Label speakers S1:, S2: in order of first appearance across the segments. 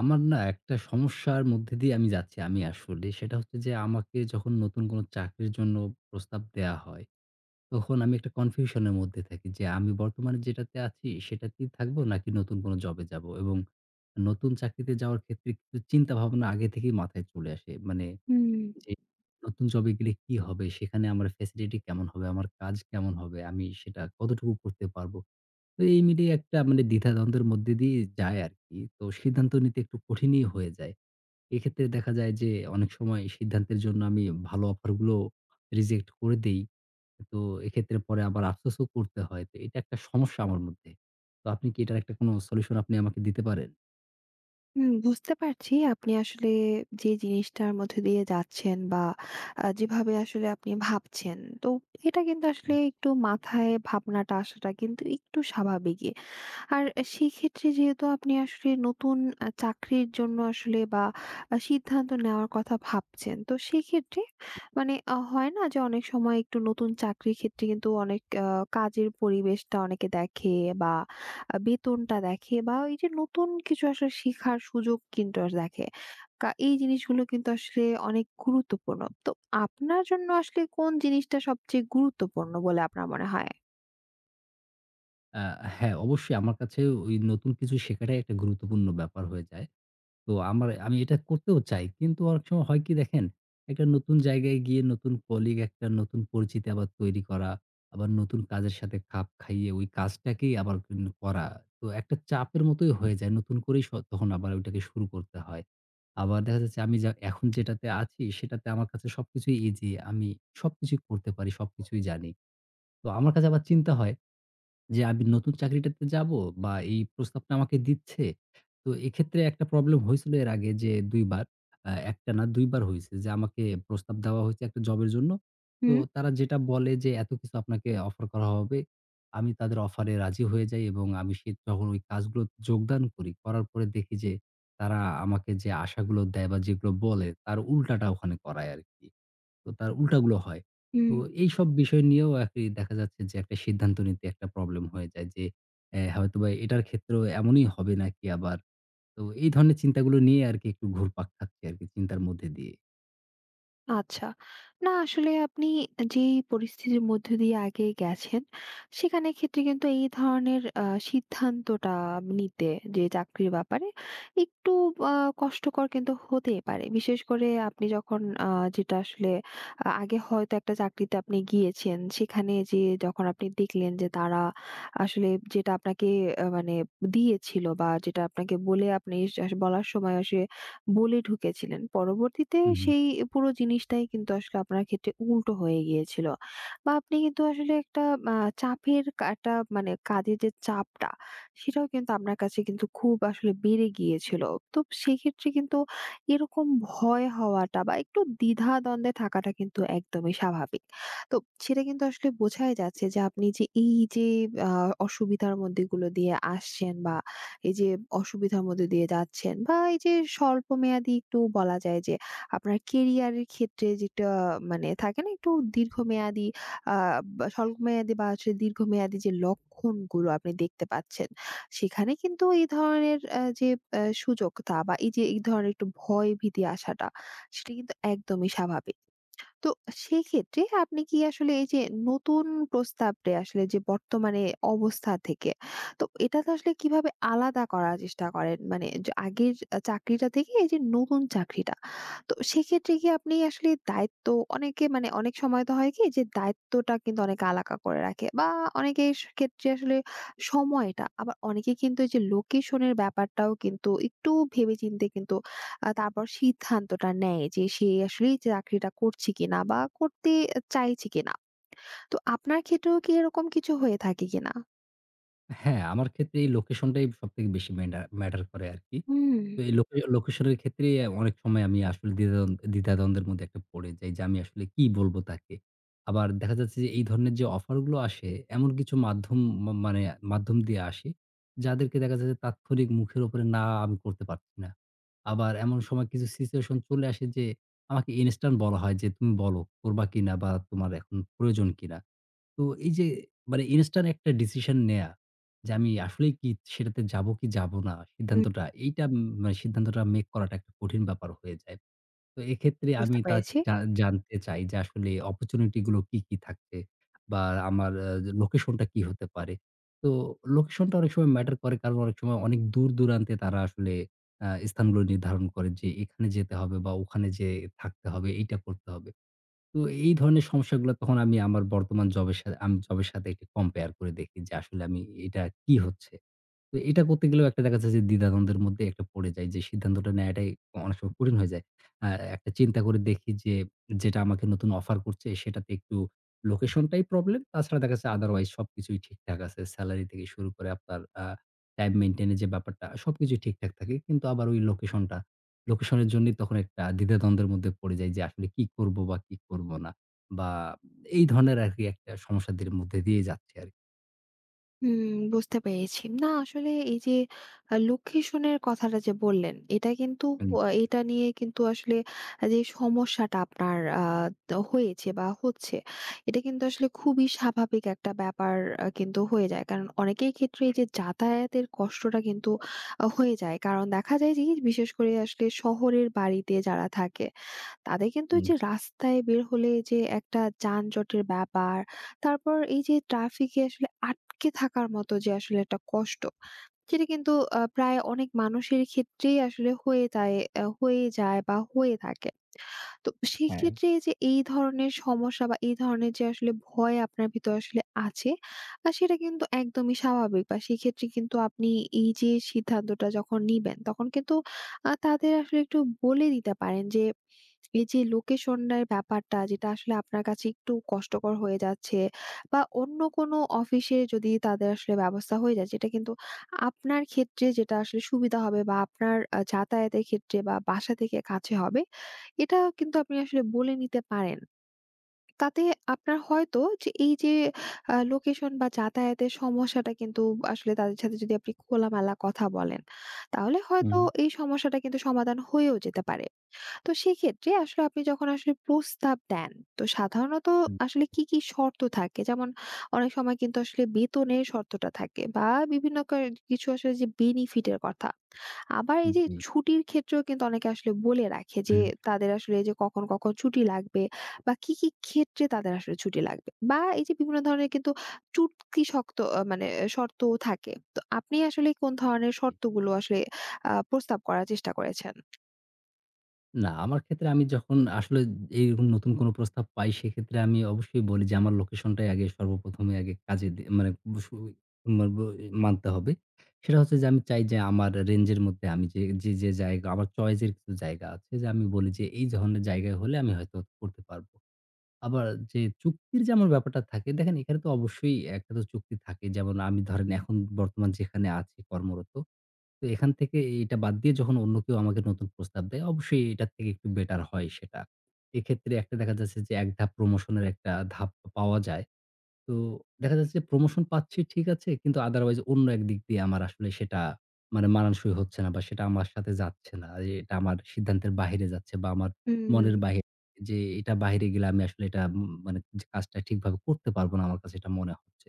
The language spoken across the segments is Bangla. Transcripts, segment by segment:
S1: আমার না একটা সমস্যার মধ্যে দিয়ে আমি যাচ্ছি আমি আসলে। সেটা হচ্ছে যে আমাকে যখন নতুন কোনো চাকরির জন্য প্রস্তাব দেয়া হয়, তখন আমি একটা কনফিউশন এর মধ্যে থাকি যে আমি বর্তমানে যেটাতে আছি সেটাতেই থাকবো নাকি নতুন কোনো জবে যাবো? এবং নতুন চাকরিতে যাওয়ার ক্ষেত্রে কিছু চিন্তাভাবনা আগে থেকেই মাথায় চলে আসে। মানে
S2: হুম,
S1: জি। নতুন জবে গেলে কি হবে? সেখানে আমার ফেসিলিটি কেমন হবে? আমার কাজ কেমন হবে? আমি সেটা কতটুকু করতে পারবো? তো এই মিলিয়ে একটা মানে দ্বিধাদ্বন্দ্বের মধ্যে দিয়ে যায় আরকি। তো সিদ্ধান্ত নিতে একটু কঠিনই হয়ে যায়। এক্ষেত্রে দেখা যায় যে অনেক সময় সিদ্ধান্তের জন্য আমি ভালো অফার গুলো রিজেক্ট করে দেই। তো এক্ষেত্রে পরে আবার আফসোসও করতে হয়। তো এটা একটা সমস্যা আমার মধ্যে। তো আপনি কি এটার একটা কোনো সলিউশন আপনি আমাকে দিতে পারেন?
S2: হুম, বুঝতে পারছি আপনি আসলে যে জিনিসটার মধ্যে দিয়ে যাচ্ছেন বা যেভাবে আসলে আপনি ভাবছেন। তো এটা কিন্তু আসলে একটু মাথায় ভাবনাটা আসাটা কিন্তু একটু স্বাভাবিকই। আর সেই ক্ষেত্রে যেহেতু আপনি আসলে নতুন চাকরির জন্য আসলে বা সিদ্ধান্ত নেওয়ার কথা ভাবছেন। তো সেক্ষেত্রে মানে হয় না যে অনেক সময় একটু নতুন চাকরির ক্ষেত্রে কিন্তু অনেক কাজের পরিবেশটা অনেকে দেখে বা বেতনটা দেখে বা এই যে নতুন কিছু আসলে শেখার সুযোগ কিন্তু দেখে। এই জিনিসগুলো কিন্তু আসলে অনেক গুরুত্বপূর্ণ। তো আপনার জন্য আসলে কোন জিনিসটা সবচেয়ে গুরুত্বপূর্ণ বলে আপনার মনে হয়?
S1: আ হ্যাঁ, অবশ্যই আমার কাছে ওই নতুন কিছু শেখাটাই একটা গুরুত্বপূর্ণ ব্যাপার হয়ে যায়। তো আমি এটা করতেও চাই। কিন্তু অনেক সময় হয় কি দেখেন, একটা নতুন জায়গায় গিয়ে নতুন কলিগ, একটা নতুন পরিচিতি আবার তৈরি করা, আবার নতুন কাজের সাথে খাপ খাইয়ে ওই কাজটাকেই আবার কিন্তু করা। তো একটা চাপের মতোই হয়ে যায়। নতুন করেই তখন আবার ওইটাকে শুরু করতে হয়। আবার দেখা যাচ্ছে আমি এখন যেটাতে আছি সেটাতে আমার কাছে সবকিছুই ইজি। আমি সবকিছুই করতে পারি, সবকিছুই জানি। তো আমার কাছে আবার চিন্তা হয় যে আমি নতুন চাকরিটাতে যাব বা এই প্রস্তাবটা আমাকে দিচ্ছে। তো এক্ষেত্রে একটা প্রবলেম হয়েছিল এর আগে যে ২ বার। ১ টা না ২ বার হইছে যে আমাকে প্রস্তাব দেওয়া হয়েছে একটা জবের জন্য। তো
S2: হুম,
S1: তারা যেটা বলে যে এত কিছু আপনাকে অফার করা হবে। আমি তাদের অফারে রাজি হয়ে যাই এবং আমি যখন ওই কাজগুলো যোগদান করি, করার পরে দেখি যে তারা আমাকে যে আশাগুলো দেয় বা যেগুলো বলে তার উল্টাটা ওখানে করায় আরকি। তো তার উল্টাগুলো হয়।
S2: হুম।
S1: তো এইসব বিষয় নিয়েও আরকি দেখা যাচ্ছে যে একটা সিদ্ধান্ত নিতে একটা প্রবলেম হয়ে যায় যে হয়তোবা এটার ক্ষেত্রেও এমনই হবে নাকি আবার। তো এই ধরনের চিন্তাগুলো নিয়ে আরকি একটু ঘুরপাক খাচ্ছি আরকি চিন্তার মধ্যে দিয়ে।
S2: আচ্ছা। না আসলে আপনি যেই পরিস্থিতির মধ্য দিয়ে আগে গেছেন, সেখানে ক্ষেত্রে কিন্তু এই ধরনের সিদ্ধান্তটা নিতে যে চাকরির ব্যাপারে একটু আ কষ্টকর কিন্তু হতেই পারে। বিশেষ করে আপনি যখন আ যেটা আসলে আগে হয়তো একটা চাকরিতে আপনি গিয়েছেন, সেখানে যেয়ে যখন আপনি দেখলেন যে তারা আসলে যেটা আপনাকে মানে দিয়েছিল বা যেটা আপনাকে বলে আপনি বলার সময় আসে বলে ঢুকেছিলেন। পরবর্তীতে
S1: হুম, হুম।
S2: সেই পুরো জিনিসটাই কিন্তু আসলে আপনার ক্ষেত্রে উল্টো হয়ে গিয়েছিল। বা আপনি কিন্তু আসলে একটা আ চাপের একটা মানে কাজের যে চাপটা, সেটাও কিন্তু আপনার কাছে কিন্তু খুব আসলে বেড়ে গিয়েছিল। তো সেক্ষেত্রে কিন্তু এরকম ভয় হওয়াটা বা একটু দ্বিধা-দ্বন্দ্বে থাকাটা কিন্তু একদমই স্বাভাবিক। তো সেটা কিন্তু আসলে বোঝাই যাচ্ছে যে আপনি যে এই যে আ অসুবিধার মধ্যে এগুলো দিয়ে আসছেন বা এই যে অসুবিধার মধ্যে দিয়ে যাচ্ছেন বা এই যে স্বল্পমেয়াদী একটু বলা যায় যে আপনার কেরিয়ারের ক্ষেত্রে যেটা মানে থাকে না একটু দীর্ঘমেয়াদী বা স্বল্পমেয়াদী বা হচ্ছে দীর্ঘমেয়াদী যে লক্ষণগুলো আপনি দেখতে পাচ্ছেন সেখানে কিন্তু এই ধরনের যে সুযোগতা বা এই যে এই ধরনের একটু ভয় ভীতি আসাটা সেটা কিন্তু একদমই স্বাভাবিক। তো সেক্ষেত্রে আপনি কি আসলে এই যে নতুন প্রস্তাবটা আসলে যে বর্তমানে অবস্থা থেকে তো এটা তো আসলে কিভাবে আলাদা করার চেষ্টা করেন মানে যে আগের চাকরিটা থেকে এই যে নতুন চাকরিটা। তো সেক্ষেত্রে কি আপনি আসলে দায়িত্ব অনেকে মানে অনেক সময় তো হয় কি যে দায়িত্বটা কিন্তু অনেকে আলাদা করে রাখে বা অনেকে এই ক্ষেত্রে আসলে সময়টা আবার অনেকে কিন্তু এই যে লোকেশনের ব্যাপারটাও কিন্তু একটু ভেবেচিন্তে কিন্তু তারপর সিদ্ধান্তটা নেয় যে সে আসলে চাকরিটা করছে কিনা বা করতে চাইছে কিনা। তো আপনার ক্ষেত্রেও কি এরকম কিছু হয়ে থাকে কিনা?
S1: হ্যাঁ, আমার ক্ষেত্রে এই লোকেশনটাই সবথেকে বেশি ম্যাটার করে আরকি।
S2: হুম।
S1: তো এই লোকেশনের ক্ষেত্রেই অনেক সময় আমি আসলে দ্বিধাদ্বন্দ্বের মধ্যে একটা পড়ে যাই যে, আমি আসলে কি বলবো তাকে? আবার দেখা যাচ্ছে যে এই ধরনের যে অফারগুলো আসে, এমন কিছু মাধ্যম মানে মাধ্যম দিয়ে আসে, যাদেরকে দেখা যায় যে তাৎক্ষণিক মুখের উপরে না আমি করতে পারছি না। আবার এমন সময় কিছু সিচুয়েশন চলে আসে যে, আমাকে ইনস্ট্যান্ট বলা হয় যে, "তুমি বলো করবা কিনা বা তোমার এখন প্রয়োজন কিনা?" তো এই যে মানে ইনস্ট্যান্ট একটা ডিসিশন নেয়া যে আমি আসলেই কি সেটাতে যাবো কি যাবো না
S2: হুম,
S1: সিদ্ধান্তটা এইটা মানে সিদ্ধান্তটা মেক করাটা একটা কঠিন ব্যাপার হয়ে যায়। তো এক্ষেত্রে আমি
S2: বুঝতে পেরেছি।
S1: জা জানতে চাই যে আসলে অপরচুনিটি গুলো কি, কি থাকছে বা আমার লোকেশনটা কি হতে পারে। তো লোকেশনটা অনেক সময় ম্যাটার করে কারণ অনেক সময় অনেক দূর-দূরান্তে তারা আসলে স্থানগুলো নির্ধারণ করে যে এখানে যেতে হবে বা ওখানে যেয়ে থাকতে হবে, এইটা করতে হবে। তো এই ধরনের সমস্যাগুলো তখন আমি আমার বর্তমান জবের সাথে একটু কম্পেয়ার করে দেখি যে আসলে আমি এটা কি হচ্ছে। তো এটা করতে গেলেও একটা দেখা যাচ্ছে যে দ্বিধাদ্বন্দ্বের মধ্যে একটা পড়ে যাই যে সিদ্ধান্তটা নেয়াটাই অনেক সময় কঠিন হয়ে যায়। আ একটা চিন্তা করে দেখি যে যেটা আমাকে নতুন অফার করছে সেটাতে একটু লোকেশনটাই প্রবলেম। তাছাড়া দেখা যাচ্ছে আদারওয়াইজ সবকিছুই ঠিকঠাক আছে। সেলারি থেকে শুরু করে আপনার টাইম মেইনটেইন এর যে ব্যাপারটা সবকিছুই ঠিকঠাক থাকে। কিন্তু আবার ওই লোকেশনের জন্যই তখন একটা দ্বিধাদ্বন্দ্বের মধ্যে পড়ে যাই যে আসলে কি করব বা কি করব না। বা এই ধরনের আরকি একটা সমস্যাদের মধ্যে দিয়ে যাচ্ছে আরকি।
S2: হুম, বুঝতে পেরেছি। না আসলে এই যে লোকেশনের কথাটা যে বললেন, এটা কিন্তু
S1: হুম, জি,
S2: এটা নিয়ে কিন্তু আসলে যে সমস্যাটা আপনার আ ত হয়েছে বা হচ্ছে, এটা কিন্তু আসলে খুবই স্বাভাবিক একটা ব্যাপার কিন্তু হয়ে যায়। কারণ অনেকের ক্ষেত্রে এই যে যাতায়াতের কষ্টটা কিন্তু হয়ে যায়। কারণ দেখা যায় যে বিশেষ করে আসলে শহরের বাড়িতে যারা থাকে তাদের কিন্তু এই
S1: হুম,
S2: যে
S1: জি।
S2: রাস্তায় বের হলে যে একটা যানজটের ব্যাপার, তারপর এই যে ট্রাফিকে আসলে আটকে থাকার মতো যে আসলে একটা কষ্ট, সেটা কিন্তু প্রায় অনেক মানুষের ক্ষেত্রেই আসলে হয়ে যায় বা হয়ে থাকে। তো
S1: হ্যাঁ,
S2: সেক্ষেত্রে এইযে এই ধরনের সমস্যা বা এই ধরনের যে আসলে ভয় আপনার ভিতর আসলে আছে, সেটা কিন্তু একদমই স্বাভাবিক বা সেক্ষেত্রে কিন্তু আপনি এইযে সিদ্ধান্তটা যখন নিবেন, তখন কিন্তু তাদের আসলে একটু বলে দিতে পারেন যে, এইযে লোকেশনের ব্যাপারটা যেটা আসলে আপনার কাছে একটু কষ্টকর হয়ে যাচ্ছে বা অন্য কোনো অফিসে যদি তাদের আসলে ব্যবস্থা হয়ে যায়, যেটা কিন্তু আপনার ক্ষেত্রে যেটা আসলে সুবিধা হবে বা আপনার যাতায়াতের ক্ষেত্রে বা বাসা থেকে কাছে হবে এটা কিন্তু আপনি আসলে বলে নিতে পারেন। তাতে আপনার হয়তো যে এই যে লোকেশন বা যাতায়াতের সমস্যাটা কিন্তু আসলে তাদের সাথে যদি আপনি খোলামেলা কথা বলেন, তাহলে হয়তো
S1: হুম।
S2: এই সমস্যাটা কিন্তু সমাধান হয়েও যেতে পারে। তো সেক্ষেত্রে আসলে আপনি যখন আসলে প্রস্তাব দেন, তো সাধারণত
S1: হুম,
S2: আসলে কি, কি শর্ত থাকে? যেমন অনেক সময় কিন্তু আসলে বেতনের শর্তটা থাকে বা বিভিন্ন কিছু আসলে যে বেনিফিট এর কথা। আবার
S1: জি,
S2: এই যে
S1: জি,
S2: ছুটির ক্ষেত্রেও কিন্তু অনেকে আসলে বলে রাখে যে
S1: হুম,
S2: তাদের আসলে এই যে কখন, কখন ছুটি লাগবে বা কি, কি ক্ষেত্রে তাদের আসলে ছুটি লাগবে। বা এই যে বিভিন্ন ধরনের কিন্তু চুক্তি শক্ত আ মানে শর্তও থাকে। তো আপনি আসলে কোন ধরনের
S1: জি।
S2: শর্তগুলো আসলে প্রস্তাব করার চেষ্টা করেছেন?
S1: না, আমার ক্ষেত্রে আমি যখন আসলে এইরকম নতুন কোনো প্রস্তাব পাই সেক্ষেত্রে আমি অবশ্যই বলি যে আমার লোকেশনটাই আগে সর্বপ্রথমে আগে কাজে দি মানে বসু মার ব মানতে হবে। সেটা হচ্ছে যে আমি চাই যে আমার রেঞ্জের মধ্যে আমি যে জায়গা আমার চয়েসের কিছু জায়গা আছে যে আমি বলি যে এই ধরনের জায়গায় হলে আমি হয়তো করতে পারবো। আবার যে চুক্তির যে আমার ব্যাপারটা থাকে দেখেন, এখানে তো অবশ্যই একটা তো চুক্তি থাকে। যেমন আমি ধরেন এখন বর্তমান যেখানে আছি কর্মরত, তো এখান থেকে এটা বাদ দিয়ে যখন অন্য কেউ আমাকে নতুন প্রস্তাব দেয়, অবশ্যই এটার থেকে একটু বেটার হয় সেটা। এক্ষেত্রে একটা দেখা যাচ্ছে যে এক ধাপ প্রমোশনের একটা ধাপ পাওয়া যায়। তো দেখা যাচ্ছে প্রমোশন পাচ্ছি ঠিক আছে, কিন্তু আদারওয়াইজ অন্য একদিক দিয়ে আমার আসলে সেটা মানে মানানসই হচ্ছে না বা সেটা আমার সাথে যাচ্ছে না। এটা আমার সিদ্ধান্তের বাহিরে যাচ্ছে বা আমার
S2: হুম।
S1: মনের বাহিরে, যে এটা বাহিরে গেলে আমি আসলে এটা মানে যে কাজটা ঠিকভাবে করতে পারব না, আমার কাছে এটা মনে হচ্ছে।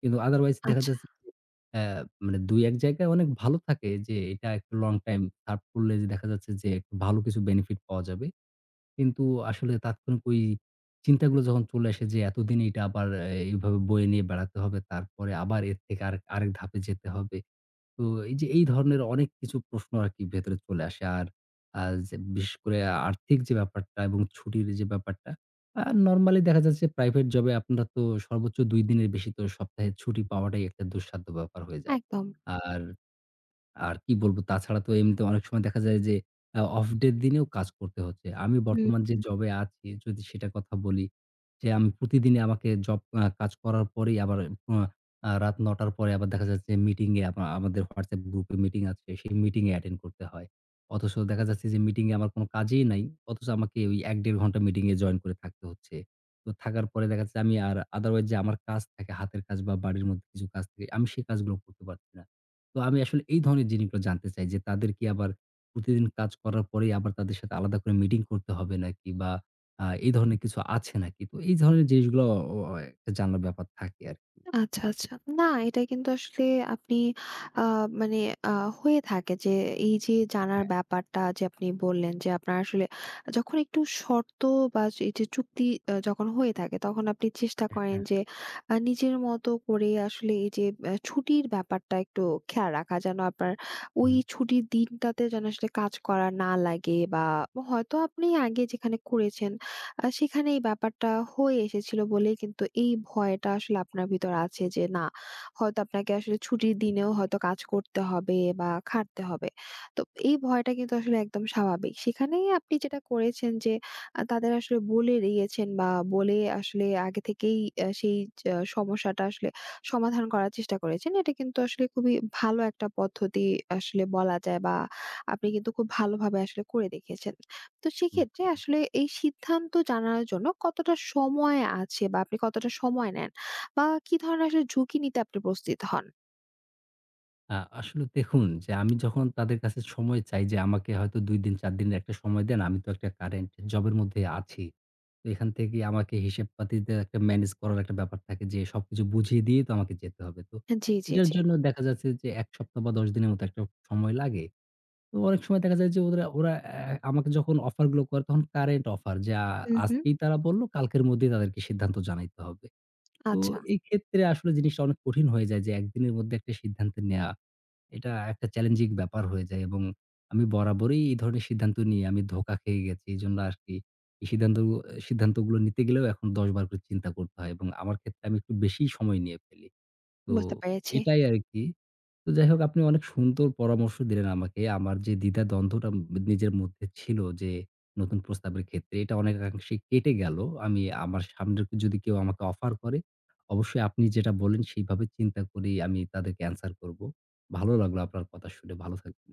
S1: কিন্তু আদারওয়াইজ দেখা
S2: আচ্ছা।
S1: যাচ্ছে যে অ্যা মানে ২-১ জায়গায় অনেক ভালো থাকে যে এটা একটু লং টাইম সার্ভ করলে যে দেখা যাচ্ছে যে একটু ভালো কিছু বেনিফিট পাওয়া যাবে। কিন্তু আসলে তাৎক্ষণিক ওই চিন্তাগুলো যখন চলে আসে যে এতদিন এটা আবার এভাবে বয়ে নিয়ে বেড়াতে হবে। তারপরে আবার এর থেকে আরেক আরেক ধাপে যেতে হবে। তো এই যে এই ধরনের অনেক কিছু প্রশ্ন আরকি ভেতরে চলে আসে। আর আ যে বিশেষ করে আর্থিক যে ব্যাপারটা এবং ছুটির যে ব্যাপারটা, নরমালি দেখা যাচ্ছে প্রাইভেট জবে আপনারা তো সর্বোচ্চ ২ দিনের বেশি তো সপ্তাহে ছুটি পাওয়াটাই একটা দুঃসাধ্য ব্যাপার হয়ে যায়।
S2: একদম।
S1: আর আর কি বলব? তাছাড়া তো এমনিতে অনেক সময় দেখা যায় যে অফ ডে দিনেও কাজ করতে হচ্ছে। আমি
S2: হুম,
S1: বর্তমান যে জবে আছি যদি সেটার কথা বলি, যে আমি প্রতিদিনই আমাকে জব আ কাজ করার পরেই আবার আ আ রাত ৯ টার পরে আবার দেখা যাচ্ছে মিটিং এ আমাদের WhatsApp গ্রুপে মিটিং আছে। সেই মিটিং এ অ্যাটেন্ড করতে হয়। অথচ দেখা যাচ্ছে যে মিটিং এ আমার কোনো কাজেই নাই। অথচ আমাকে ওই ১-১.৫ ঘন্টা মিটিং এ জয়েন করে থাকতে হচ্ছে। তো থাকার পরে দেখা যাচ্ছে আমি আর আদারওয়াইজ যে আমার কাজ থাকে হাতের কাজ বা বাড়ির মধ্যে কিছু কাজ থাকে, আমি সেই কাজগুলো করতে পারছি না। তো আমি আসলে এই ধরনের জিনিসগুলো জানতে চাই যে, তাদের কি আবার প্রতিদিন কাজ করার পরেই আবার তাদের সাথে আলাদা করে মিটিং করতে হবে নাকি? বা এই ধরনের কিছু আছে নাকি? তো এই ধরনের জিনিসগুলো অ অ একটা জানার ব্যাপার থাকে আরকি।
S2: আচ্ছা, আচ্ছা। না এটা কিন্তু আসলে আপনি আ মানে আ হয়ে থাকে যে এই যে জানার
S1: হ্যাঁ,
S2: ব্যাপারটা যে আপনি বললেন যে আপনার আসলে যখন একটু শর্ত বা এই যে চুক্তি যখন হয়ে থাকে তখন আপনি চেষ্টা করেন
S1: হ্যাঁ।
S2: যে নিজের মতো করে আসলে এই যে ছুটির ব্যাপারটা একটু খেয়াল রাখা। যেন আপনার ওই ছুটির দিনটাতে যেন আসলে কাজ করা না লাগে বা হয়তো আপনি আগে যেখানে করেছেন সেখানে এই ব্যাপারটা হয়ে এসেছিল বলেই কিন্তু এই ভয়টা আসলে আপনার ভিতর আছে যে না হয়তো আপনাকে আসলে ছুটির দিনেও হয়তো কাজ করতে হবে বা খাটতে হবে। তো এই ভয়টা কিন্তু আসলে একদম স্বাভাবিক। সেখানেই আপনি যেটা করেছেন যে তাদের আসলে বলে দিয়েছেন বা বলে আসলে আগে থেকেই সেই সমস্যাটা আসলে সমাধান করার চেষ্টা করেছেন। এটা কিন্তু আসলে খুবই ভালো একটা পদ্ধতি আসলে বলা যায় বা আপনি কিন্তু খুব ভালোভাবে আসলে করে দেখিয়েছেন। তো
S1: হুম।
S2: সেক্ষেত্রে আসলে এই সিদ্ধান্ত জানার জন্য কতটা সময় আছে বা আপনি কতটা সময় নেন? বা কি ধরনের আসলে ঝুঁকি নিতে আপনি প্রস্তুত হন?
S1: আসলে দেখুন যে আমি যখন তাদের কাছে সময় চাই যে আমাকে হয়তো ২ দিন ৪ দিনের একটা সময় দেন। আমি তো একটা কারেন্ট জবের মধ্যে আছি। তো এখান থেকে আমাকে হিসেবপাতিতে একটা ম্যানেজ করার একটা ব্যাপার থাকে যে সবকিছু বুঝিয়ে দিয়েই তো আমাকে যেতে হবে। তো
S2: জি, জি,
S1: এটার
S2: জি।
S1: জন্য দেখা যাচ্ছে যে ১ সপ্তাহ বা ১০ দিনের মতো একটা সময় লাগে। তো অনেক সময় দেখা যায় যে ওরা ওরা আমাকে যখন অফার গুলো করে তখন কারেন্ট অফার যে
S2: হুম, হুম।
S1: আজকেই তারা বলল কালকের মধ্যেই তাদেরকে সিদ্ধান্ত জানাইতে হবে। তো
S2: আচ্ছা,
S1: এই ক্ষেত্রে আসলে জিনিসটা অনেক কঠিন হয়ে যায় যে একদিনের মধ্যে একটা সিদ্ধান্ত নেয়া। এটা একটা চ্যালেঞ্জিং ব্যাপার হয়ে যায় এবং আমি বরাবরই এই ধরনের সিদ্ধান্ত নিয়ে আমি ধোঁকা খেয়ে গেছি। এজন্য আরকি এই সিদ্ধান্তগুলো নিতে গেলেও এখন ১০ বার করে চিন্তা করতে হয় এবং আমার ক্ষেত্রে আমি একটু বেশিই সময় নিয়ে ফেলি। তো
S2: বুঝতে পেরেছি।
S1: এটাই আরকি। তো যাই হোক, আপনি অনেক সুন্দর পরামর্শ দিলেন আমাকে। আমার যে দ্বিধা-দ্বন্দ্বটা নিজের মধ্যে ছিল যে নতুন প্রস্তাবের ক্ষেত্রে, এটা অনেকাংশে কেটে গেল। আমি আমার সামনে যদি কেউ আমাকে অফার করে, অবশ্যই আপনি যেটা বললেন সেইভাবে চিন্তা করেই আমি তাদেরকে অ্যান্সার করব। ভালো লাগলো আপনার কথা শুনে। ভালো থাকবেন।